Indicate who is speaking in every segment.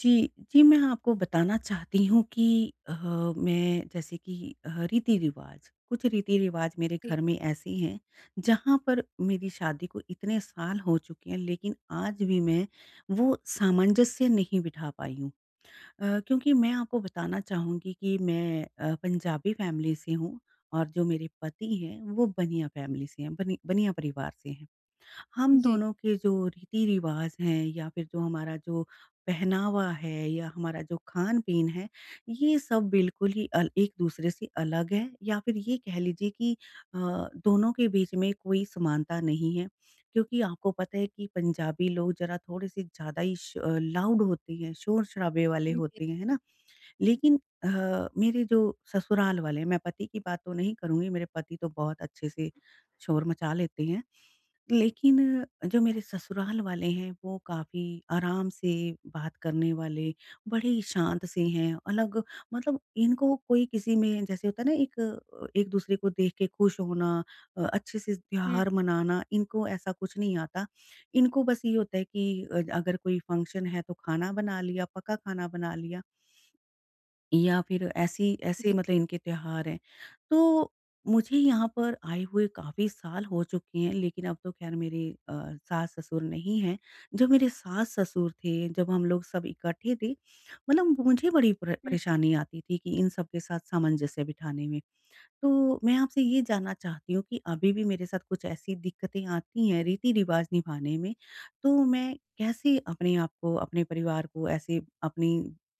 Speaker 1: जी, जी, मैं आपको बताना चाहती हूँ कि अ, मैं जैसे कि अ, रीति-रिवाज़ कुछ रीति-रिवाज़ मेरे
Speaker 2: जी।
Speaker 1: घर में ऐसे हैं, जहाँ पर मेरी शादी को इतने साल हो चुके हैं, लेकिन आज भी मैं वो सामंजस्य नहीं बिठा पाई हूँ। क्योंकि मैं आपको बताना चाहूँगी कि मैं पंजाबी फ़ैमिली से हूँ और जो मेरे पति हैं, वो बनिया फ़ैमिली से हैं, बनिया परिवार से हैं। हम
Speaker 2: जी।
Speaker 1: दोनों के जो रीति-रिवाज़ हैं या फिर जो हमारा जो पहनावा है या हमारा जो खान-पीन है, ये सब बिल्कुल ही अल एक-दूसरे से अलग है या फिर ये कह लीजिए कि दोनों के बीच में कोई समानता नहीं है। क्योंकि आपको पता है कि पंजाबी लोग ज़रा थोड़े-से ज़्यादा ही श लाउड होते हैं, शोर-शराबे वाले
Speaker 2: जी।
Speaker 1: होते हैं, है ना? लेकिन मेरे जो ससुराल वाले हैं, मैं पति की बात तो नहीं करूँगी, मेरे पति तो बहुत अच्छे से शोर मचा लेते हैं। लेकिन जो मेरे ससुराल वाले हैं वो काफ़ी आराम से बात करने वाले, बड़े ही शांत से हैं, अलग मतलब इनको कोई किसी में जैसे होता है ना एक एक-दूसरे को देख के खुश होना, अच्छे से
Speaker 2: हुँ।
Speaker 1: त्योहार मनाना, इनको ऐसा कुछ नहीं आता। इनको बस ये होता है कि अगर कोई फंक्शन है तो खाना बना लिया, पका खाना बना लिया। या फिर ऐसी ऐसे
Speaker 2: जी।
Speaker 1: मतलब इनके त्योहार हैं। तो मुझे यहाँ पर आए हुए काफ़ी साल हो चुके हैं, लेकिन अब तो ख़ैर मेरे सास-ससुर नहीं हैं। जब मेरे सास-ससुर थे, जब हम लोग सब इकट्ठे थे, मतलब मुझे बड़ी
Speaker 2: हुँ।
Speaker 1: परेशानी आती थी कि इन सब के साथ सामंजस्य बिठाने में। तो मैं आपसे ये जानना चाहती हूँ कि अभी भी मेरे साथ कुछ ऐसी दिक्कतें आती हैं रीति-रिवाज़ निभाने में, तो मैं कैसे अपने आप को, अपने परिवार को ऐसे अपनी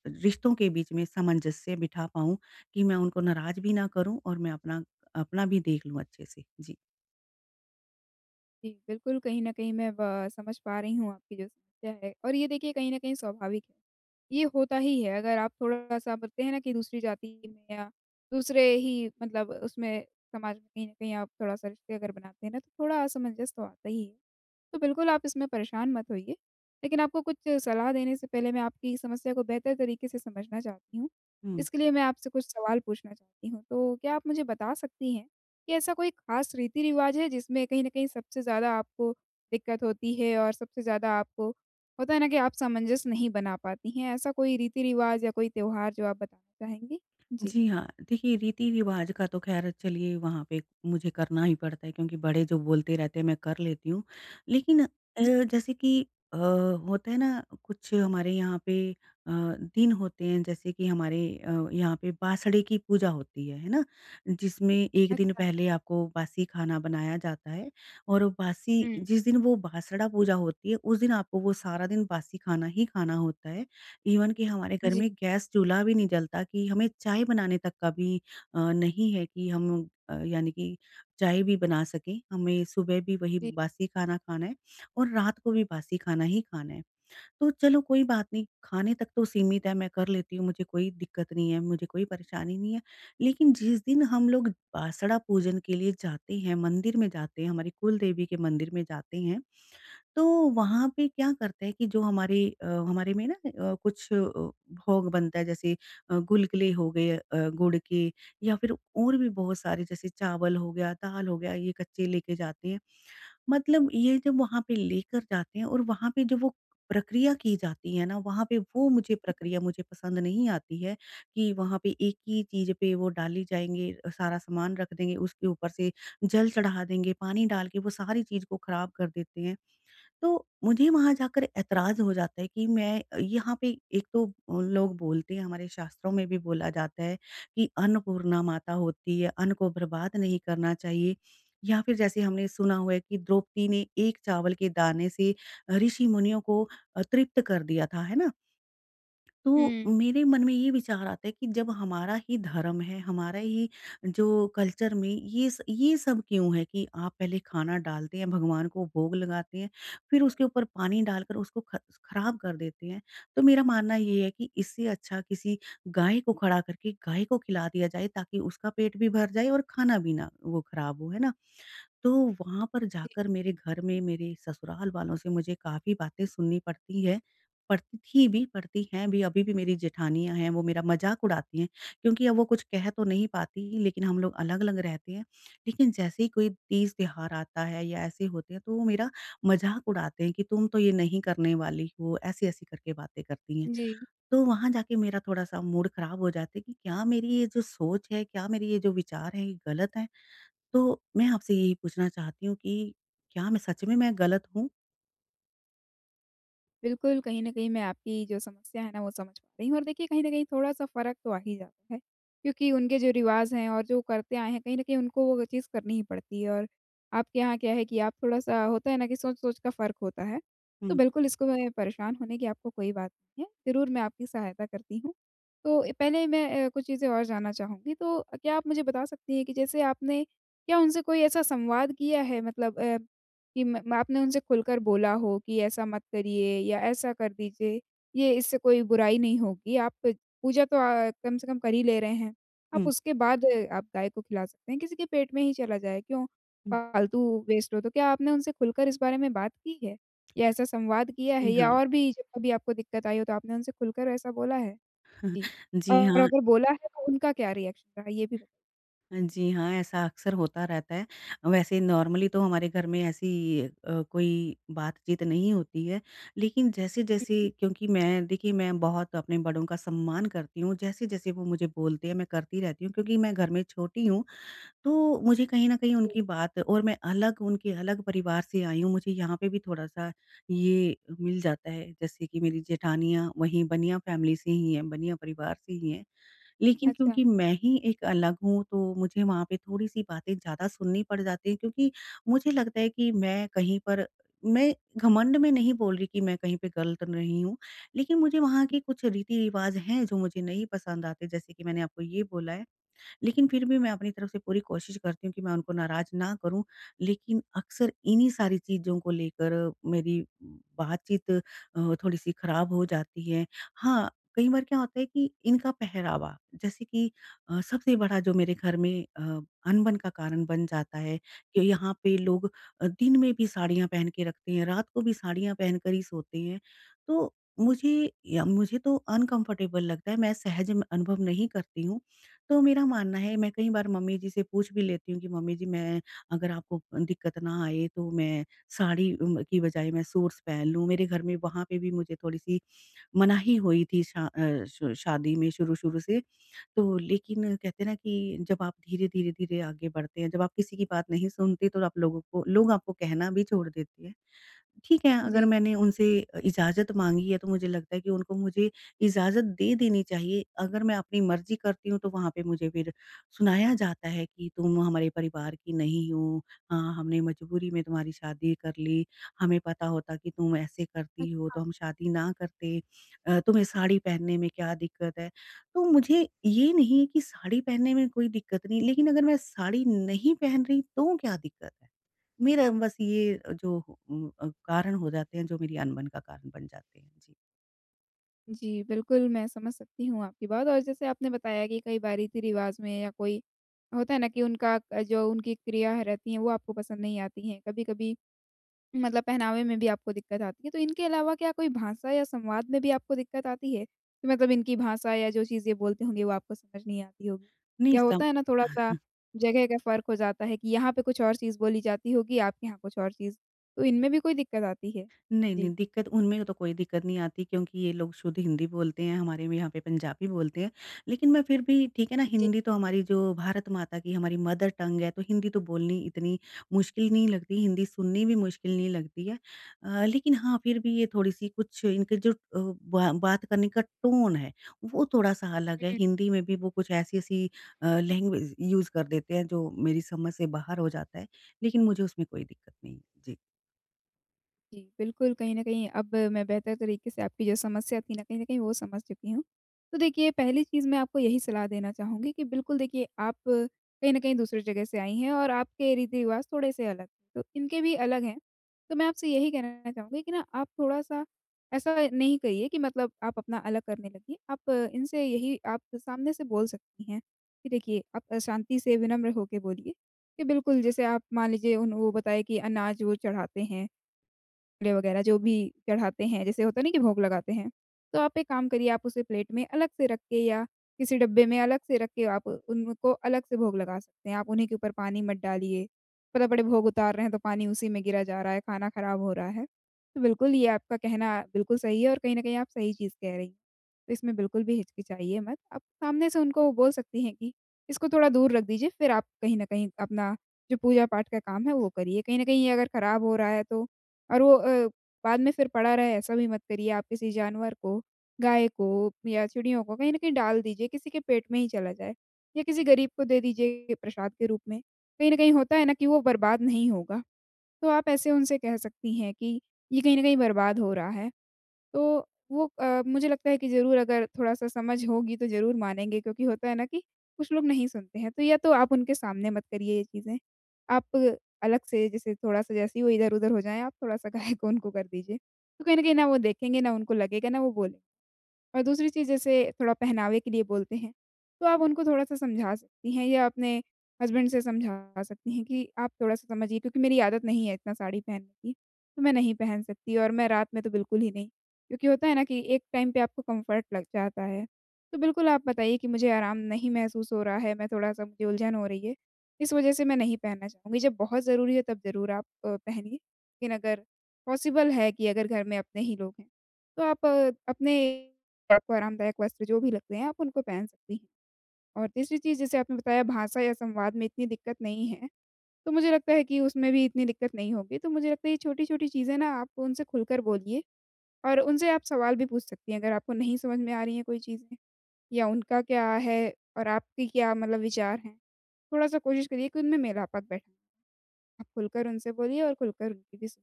Speaker 1: रिश्तों के बीच में सामंजस्य बिठा पाऊँ कि मैं उनको नाराज़ भी ना करूँ और मैं अपना अपना भी देख लूँ अच्छे से? जी।
Speaker 2: जी, बिल्कुल कहीं न कहीं मैं ब समझ पा रही हूँ आपकी जो समस्या है और ये देखिए, कहीं न कहीं स्वाभाविक है। ये होता ही है, अगर आप थोड़ा-सा बोलते हैं ना कि दूसरी जाति में या दूसरे ही मतलब उसमें समाज में, कहीं न कहीं आप थोड़ा-सा रिश्ते अगर बनाते हैं ना तो थोड़ा असमंजस तो आता ही है। तो बिल्कुल आप इसमें परेशान मत होइए। लेकिन आपको कुछ सलाह देने से पहले मैं आपकी समस्या को बेहतर तरीके से समझना चाहती हूँ। इसके लिए मैं आपसे कुछ सवाल पूछना चाहती हूँ। तो क्या आप मुझे बता सकती हैं कि ऐसा कोई ख़ास रीति-रिवाज है जिसमें कहीं न कहीं सबसे ज़्यादा आपको दिक्कत होती है और सबसे ज़्यादा आपको होता है ना कि आप सामंजस्य नहीं बना पाती हैं? ऐसा कोई रीति-रिवाज या कोई त्योहार जो आप बताना चाहेंगी? जी।
Speaker 1: जी हाँ, देखिए रीति-रिवाज का तो ख़ैर चलिए वहाँ पे मुझे करना ही पड़ता है क्योंकि बड़े जो बोलते रहते हैं मैं कर लेती हूँ। लेकिन
Speaker 2: जी।
Speaker 1: जैसे कि होता है ना कुछ हमारे यहाँ पे दिन होते हैं जैसे कि हमारे यहाँ पे बासड़े की पूजा होती है ना? जिसमें एक दिन
Speaker 2: अच्छा।
Speaker 1: पहले आपको बासी खाना बनाया जाता है और बासी
Speaker 2: हुँ।
Speaker 1: जिस दिन वो बासड़ा पूजा होती है उस दिन आपको वो सारा दिन बासी खाना ही खाना होता है। इवन कि हमारे घर
Speaker 2: जी।
Speaker 1: में गैस चूल्हा भी नहीं जलता कि हमें चाय बनाने तक का भी नहीं है कि हम यानी कि चाय भी बना सकें। हमें सुबह भी वही
Speaker 2: जी।
Speaker 1: बासी खाना खाना है और रात को भी बासी खाना ही खाना है। तो चलो कोई बात नहीं, खाने तक तो सीमित है, मैं कर लेती हूँ, मुझे कोई दिक्कत नहीं है, मुझे कोई परेशानी नहीं है। लेकिन जिस दिन हम लोग बासड़ा पूजन के लिए जाते हैं, मंदिर में जाते हैं, हमारी कुल देवी के मंदिर में जाते हैं तो वहाँ पे क्या करते हैं कि जो हमारे अ, हमारे में ना अ, कुछ अ, भोग बनता है जैसे गुलगुले हो गए गुड़ के या फिर और भी बहुत सारे जैसे चावल हो गया दाल हो गया ये कच्चे लेके जाते हैं मतलब ये जब वहाँ पे लेकर जाते हैं और वहाँ पे जो वो प्रक्रिया की जाती है ना वहाँ पे वो मुझे प्रक्रिया मुझे पसंद नहीं आती है कि वहाँ पे एक ही चीज़ पे वो डाली जाएंगे, सारा सामान रख देंगे उसके ऊपर से जल चढ़ा देंगे, पानी डाल के वो सारी चीज़ को खराब कर देते हैं। तो मुझे वहाँ जाकर ऐतराज़ हो जाता है कि मैं यहाँ पे एक तो लोग बोलते हैं हमारे शास्त्रों में भी बोला जाता है कि अन्नपूर्णा माता होती है, अन्न को बर्बाद नहीं करना चाहिए। या फिर जैसे हमने सुना हुआ है कि द्रौपदी ने एक चावल के दाने से ऋषि-मुनियों को तृप्त कर दिया था, है ना? तो
Speaker 2: हुँ, हुँ।
Speaker 1: मेरे मन में ये विचार आता है कि जब हमारा ही धर्म है, हमारा ही जो कल्चर में ये सब क्यों है कि आप पहले खाना डालते हैं, भगवान को भोग लगाते हैं, फिर उसके ऊपर पानी डालकर उसको ख खराब कर देते हैं। तो मेरा मानना ये है कि इससे अच्छा किसी गाय को खड़ा करके गाय को खिला दिया जाए ताकि उसका पेट भी भर जाए और खाना भी ना वो खराब हो, है ना? तो वहाँ पर
Speaker 2: जी।
Speaker 1: जाकर मेरे घर में मेरे ससुराल वालों से मुझे काफ़ी बातें सुननी पड़ती है, पड़ती थी भी, पड़ती हैं भी, अभी भी मेरी जेठानियाँ हैं वो मेरा मज़ाक उड़ाती हैं, क्योंकि अब वो कुछ कह तो नहीं पाती लेकिन हम लोग अलग-अलग रहते हैं। लेकिन जैसे ही कोई तीज त्योहार आता है या ऐसे होते हैं तो वो मेरा मज़ाक उड़ाते हैं कि तुम तो ये नहीं करने वाली हो, ऐसी-ऐसी करके बातें करती हैं।
Speaker 2: जी,
Speaker 1: तो वहाँ जाके मेरा थोड़ा-सा मूड खराब हो जाता है कि क्या मेरी ये जो सोच है, क्या मेरे ये जो विचार हैं ये गलत हैं? तो मैं आपसे यही पूछना चाहती हूँ कि क्या मैं सच में मैं गलत हूँ?
Speaker 2: बिल्कुल, कहीं न कहीं मैं आपकी जो समस्या है ना वो समझ पा रही हूँ और देखिए, कहीं न कहीं थोड़ा-सा फ़र्क तो आ ही जाता है, क्योंकि उनके जो रिवाज़ हैं और जो करते आए हैं कहीं न कहीं उनको वो चीज़ करनी ही पड़ती है और आपके यहाँ क्या है कि आप थोड़ा-सा होता है ना कि सोच-सोच का फ़र्क होता है। तो
Speaker 1: हुँ,
Speaker 2: बिल्कुल इसको मैं परेशान होने की आपको कोई बात नहीं है, ज़रूर मैं आपकी सहायता करती हूँ। तो पहले मैं कुछ चीज़ें और जानना चाहूँगी, तो क्या आप मुझे बता सकती हैं कि जैसे आपने क्या उनसे कोई ऐसा संवाद किया है, मतलब कि म म आपने उनसे खुलकर बोला हो कि ऐसा मत करिए या ऐसा कर दीजिए, ये इससे कोई बुराई नहीं होगी, आप पूजा तो कम से कम कर ही ले रहे हैं। आप
Speaker 1: हुँ,
Speaker 2: उसके बाद आप गाय को खिला सकते हैं, किसी के पेट में ही चला जाए, क्यों
Speaker 1: हुँ।
Speaker 2: फालतू वेस्ट हो। तो क्या आपने उनसे खुलकर इस बारे में बात की है? या ऐसा संवाद किया है
Speaker 1: जी हाँ।
Speaker 2: या और भी जब कभी आपको दिक्कत आई हो तो आपने उनसे खुलकर ऐसा बोला है? जी।
Speaker 1: जी
Speaker 2: और
Speaker 1: हाँ।
Speaker 2: अगर बोला है तो उनका क्या रिएक्शन रहा? ये भी बताइए।
Speaker 1: जी हाँ, ऐसा अक्सर होता रहता है। वैसे नॉर्मली तो हमारे घर में ऐसी कोई बातचीत नहीं होती है। लेकिन
Speaker 2: हुँ,
Speaker 1: जैसे-जैसे
Speaker 2: हुँ।
Speaker 1: क्योंकि मैं देखिए मैं बहुत अपने बड़ों का सम्मान करती हूँ, जैसे-जैसे वो मुझे बोलते हैं मैं करती रहती हूँ क्योंकि मैं घर में छोटी हूँ तो मुझे कहीं न कहीं उनकी
Speaker 2: जी।
Speaker 1: बात और मैं अलग उनके अलग परिवार से आई हूँ, मुझे यहाँ पे भी थोड़ा-सा ये मिल जाता है, जैसे कि मेरी जेठानियाँ वहीं बनिया फैमिली से ही हैं, बनिया परिवार से ही हैं। लेकिन
Speaker 2: अच्छा।
Speaker 1: क्योंकि मैं ही एक अलग हूँ, तो मुझे वहाँ पे थोड़ी-सी बातें ज़्यादा सुननी पड़ जाती हैं क्योंकि मुझे लगता है कि मैं कहीं पर मैं घमंड में नहीं बोल रही कि मैं कहीं पे गलत नहीं हूँ, लेकिन मुझे वहाँ के कुछ रीति-रिवाज़ हैं जो मुझे नहीं पसंद आते, जैसे कि मैंने आपको ये बोला है लेकिन फिर भी मैं अपनी तरफ से पूरी कोशिश करती हूँ कि मैं उनको नाराज़ ना करूँ, लेकिन अक्सर इन्हीं सारी चीज़ों को लेकर मेरी बातचीत थोड़ी-सी खराब हो जाती है। हाँ, कई बार क्या होता है कि इनका पहरावा, जैसे कि सबसे बड़ा जो मेरे घर में अनबन का कारण बन जाता है कि यहाँ पे लोग दिन में भी साड़ियाँ पहन के रखते हैं, रात को भी साड़ियाँ पहनकर ही सोते हैं। तो
Speaker 2: जी,
Speaker 1: मुझे तो अनकम्फ़र्टेबल लगता है, मैं सहज अनुभव नहीं करती हूँ। तो मेरा मानना है मैं कई बार मम्मी जी से पूछ भी लेती हूँ कि मम्मी जी मैं अगर आपको दिक्कत ना आए तो मैं साड़ी की बजाय मैं सूट्स पहन लूँ। मेरे घर में वहाँ पे भी मुझे थोड़ी-सी मनाही हुई थी शा अ, श शादी में शुरू-शुरू से। तो लेकिन कहते हैं ना कि जब आप धीरे-धीरे, धीरे धीरे आगे बढ़ते हैं, जब आप किसी की बात नहीं सुनते तो आप लोग आपको कहना भी छोड़ देते हैं। ठीक है, अगर
Speaker 2: जी।
Speaker 1: मैंने उनसे इजाज़त माँगी है तो मुझे लगता है कि उनको मुझे इजाज़त दे देनी चाहिए। अगर मैं अपनी मर्ज़ी करती हूँ तो वहाँ पे मुझे फिर सुनाया जाता है कि तुम हमारे परिवार की नहीं हो। हाँ, हमने मजबूरी में तुम्हारी शादी कर ली। हमें पता होता कि तुम ऐसे करती हो तो हम शादी ना करते। तुम्हें साड़ी पहनने में क्या दिक्कत है? तो मुझे ये नहीं है कि साड़ी पहनने में कोई दिक्कत नहीं, लेकिन अगर मैं साड़ी नहीं पहन रही तो क्या दिक्कत है? मेरा बस ये जो कारण हो जाते हैं, जो मेरी अनबन का कारण बन जाते हैं। जी,
Speaker 2: जी, बिल्कुल मैं समझ सकती हूँ आपकी बात, और जैसे आपने बताया कि कई बार रीति-रिवाज़ में या कोई होता है ना कि उनका जो उनकी क्रिया है रहती हैं वो आपको पसंद नहीं आती हैं। कभी-कभी मतलब पहनावे में भी आपको दिक्कत आती है। तो इनके अलावा क्या कोई भाषा या संवाद में भी आपको दिक्कत आती है? कि मतलब इनकी भाषा या जो चीज़ें बोलते होंगे वो आपको समझ नहीं आती होगी?
Speaker 1: नहीं
Speaker 2: या
Speaker 1: सम
Speaker 2: होता है ना थोड़ा-सा जगह का फ़र्क हो जाता है कि यहाँ पे कुछ और चीज़ बोली जाती होगी, आपके यहाँ कुछ और चीज़। तो इनमें भी कोई दिक्कत आती है?
Speaker 1: नहीं, नहीं,
Speaker 2: जी।
Speaker 1: दिक्कत उनमें तो कोई दिक्कत नहीं आती क्योंकि ये लोग शुद्ध हिंदी बोलते हैं, हमारे में यहाँ पे पंजाबी बोलते हैं। लेकिन मैं फिर भी ठीक है ना,
Speaker 2: जी।
Speaker 1: हिंदी तो हमारी जो भारत माता की हमारी मदर टंग है, तो हिंदी तो बोलनी इतनी मुश्किल नहीं लगती, हिंदी सुननी भी मुश्किल नहीं लगती है। लेकिन हाँ, फिर भी ये थोड़ी-सी कुछ इनके जो अ, बा बात करने का टोन है, वो थोड़ा-सा अलग है। हिंदी में भी वो कुछ ऐसी-ऐसी लैंग्वेज यूज़ कर देते हैं, जो मेरी समझ से बाहर हो जाता है, लेकिन मुझे उसमें कोई दिक्कत नहीं। है। जी।
Speaker 2: जी, बिल्कुल, कहीं न कहीं अब मैं बेहतर तरीके से आपकी जो समस्या थी ना, कहीं न कहीं वो समझ चुकी हूँ। तो देखिए, पहली चीज़ मैं आपको यही सलाह देना चाहूँगी कि बिल्कुल देखिए, आप कहीं न कहीं दूसरी जगह से आई हैं और आपके रीति-रिवाज़ थोड़े-से अलग हैं, तो इनके भी अलग हैं। तो मैं आपसे यही कहना चाहूँगी कि ना, आप थोड़ा-सा ऐसा नहीं करिए कि मतलब आप अपना अलग करने लगिए। आप इनसे यही आप सामने से बोल सकती हैं कि देखिए, आप शांति से, विनम्र होके बोलिए कि बिल्कुल, जैसे आप मान लीजिए उन वो बताए कि अनाज वो चढ़ाते हैं। ले वगैरह जो भी चढ़ाते हैं, जैसे होता नहीं कि भोग लगाते हैं। तो आप एक काम करिए, आप उसे प्लेट में अलग से रख के या किसी डब्बे में अलग से रख के आप उनको अलग से भोग लगा सकते हैं। आप उन्हीं के ऊपर पानी मत डालिए। पता पड़े भोग उतार रहे हैं तो पानी उसी में गिरा जा रहा है, खाना खराब हो रहा है। तो बिल्कुल ये आपका कहना बिल्कुल सही है और कहीं न कहीं आप सही चीज़ कह रही हैं। तो इसमें बिल्कुल भी हिचकिचाइए मत। आप सामने से उनको बोल सकती हैं कि इसको थोड़ा दूर रख दीजिए, फिर आप कहीं न कहीं अपना जो पूजा-पाठ का काम है वो करिए। कहीं न कहीं ये अगर खराब हो रहा है तो और वो बाद में फिर पड़ा रहे ऐसा भी मत करिए। आप किसी जानवर को, गाय को या चिड़ियों को कहीं न कहीं डाल दीजिए, किसी के पेट में ही चला जाए या किसी गरीब को दे दीजिए प्रसाद के रूप में। कहीं न कहीं होता है ना कि वो बर्बाद नहीं होगा, तो आप ऐसे उनसे कह सकती हैं कि ये कहीं न कहीं बर्बाद हो रहा है। तो वो मुझे लगता है कि ज़रूर अगर थोड़ा-सा समझ होगी तो ज़रूर मानेंगे, क्योंकि होता है ना कि कुछ लोग नहीं सुनते हैं, तो या तो आप उनके सामने मत करिए ये चीज़ें। आप अलग से, जैसे थोड़ा-सा जैसे ही वो इधर-उधर हो जाएँ, आप थोड़ा-सा गायब उनको कर दीजिए। तो कहीं न कहीं ना वो देखेंगे, ना उनको लगेगा, ना वो बोलेंगे। और दूसरी चीज़, जैसे थोड़ा पहनावे के लिए बोलते हैं, तो आप उनको थोड़ा-सा समझा सकती हैं या अपने हस्बैंड से समझा सकती हैं कि आप थोड़ा-सा समझिए, क्योंकि मेरी आदत नहीं है इतना साड़ी पहनने की, तो मैं नहीं पहन सकती और मैं रात में तो बिल्कुल ही नहीं। क्योंकि होता है ना कि एक टाइम पे आपको कम्फ़र्ट लग जाता है। तो बिल्कुल आप बताइए कि मुझे आराम नहीं महसूस हो रहा है, मैं थोड़ा-सा, मुझे उलझन हो रही है, इस वज़ह से मैं नहीं पहनना चाहूँगी। जब बहुत ज़रूरी है तब ज़रूर आप पहनिए, लेकिन अगर पॉसिबल है कि अगर घर में अपने ही लोग हैं, तो आप अपने आपको आरामदायक वस्त्र जो भी लगते हैं, आप उनको पहन सकती हैं। और तीसरी चीज़, जैसे आपने बताया, भाषा या संवाद में इतनी दिक्कत नहीं है, तो मुझे लगता है कि उसमें भी इतनी दिक्कत नहीं होगी। तो मुझे लगता है ये छोटी-छोटी चीज़ें ना आप उनसे खुलकर बोलिए और उनसे आप सवाल भी पूछ सकती हैं अगर आपको नहीं समझ में आ रही हैं कोई चीज़ें, या उनका क्या है और आपके क्या मतलब विचार हैं। थोड़ा-सा कोशिश करिए कि उनमें मेल-आपत बैठाएँ। आप खुलकर उनसे बोलिए और खुलकर उनकी भी सुन,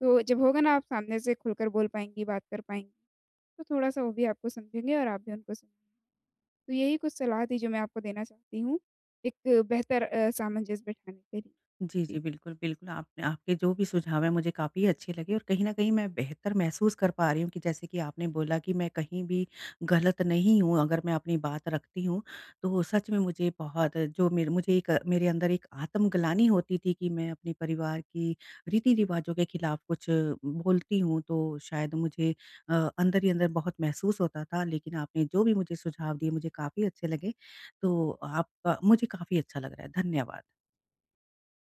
Speaker 2: तो जब होगा ना आप सामने से खुलकर बोल पाएँगी, बात कर पाएँगी, तो थोड़ा-सा वो भी आपको समझेंगे और आप भी उनको समझेंगी। तो यही कुछ सलाह थी जो मैं आपको देना चाहती हूँ, एक बेहतर सामंजस्य बिठाने के लिए।
Speaker 1: जी, जी।
Speaker 2: जी।
Speaker 1: बिल्कुल, बिल्कुल, आपने आपके जो भी सुझाव हैं मुझे काफ़ी अच्छे लगे और कहीं न कहीं मैं बेहतर महसूस कर पा रही हूँ कि जैसे कि आपने बोला कि मैं कहीं भी गलत नहीं हूँ अगर मैं अपनी बात रखती हूँ। तो सच में मुझे बहुत जो मेरे मुझे एक मेरे अंदर एक आत्मग्लानि होती थी कि मैं अपने परिवार की रीति-रिवाज़ों के खिलाफ कुछ बोलती हूँ तो शायद मुझे अंदर ही अंदर बहुत महसूस होता था। लेकिन आपने जो भी मुझे सुझाव दिए मुझे काफ़ी अच्छे लगे। तो आपका मुझे काफ़ी अच्छा लग रहा है। धन्यवाद।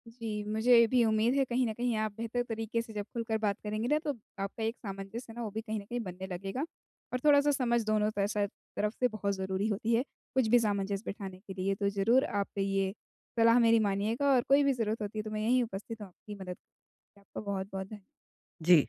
Speaker 2: जी, मुझे भी उम्मीद है कहीं न कहीं आप बेहतर तरीके से जब खुलकर बात करेंगे ना, तो आपका एक सामंजस्य है ना, वो भी कहीं न कहीं बनने लगेगा और थोड़ा-सा समझ दोनों त स तरफ से बहुत ज़रूरी होती है, कुछ भी सामंजस्य बिठाने के लिए। तो ज़रूर आप ये सलाह मेरी मानिएगा और कोई भी ज़रूरत होती है तो मैं यहीं उपस्थित हूँ, आपकी मदद आपका बहुत-बहुत धन्य
Speaker 1: जी।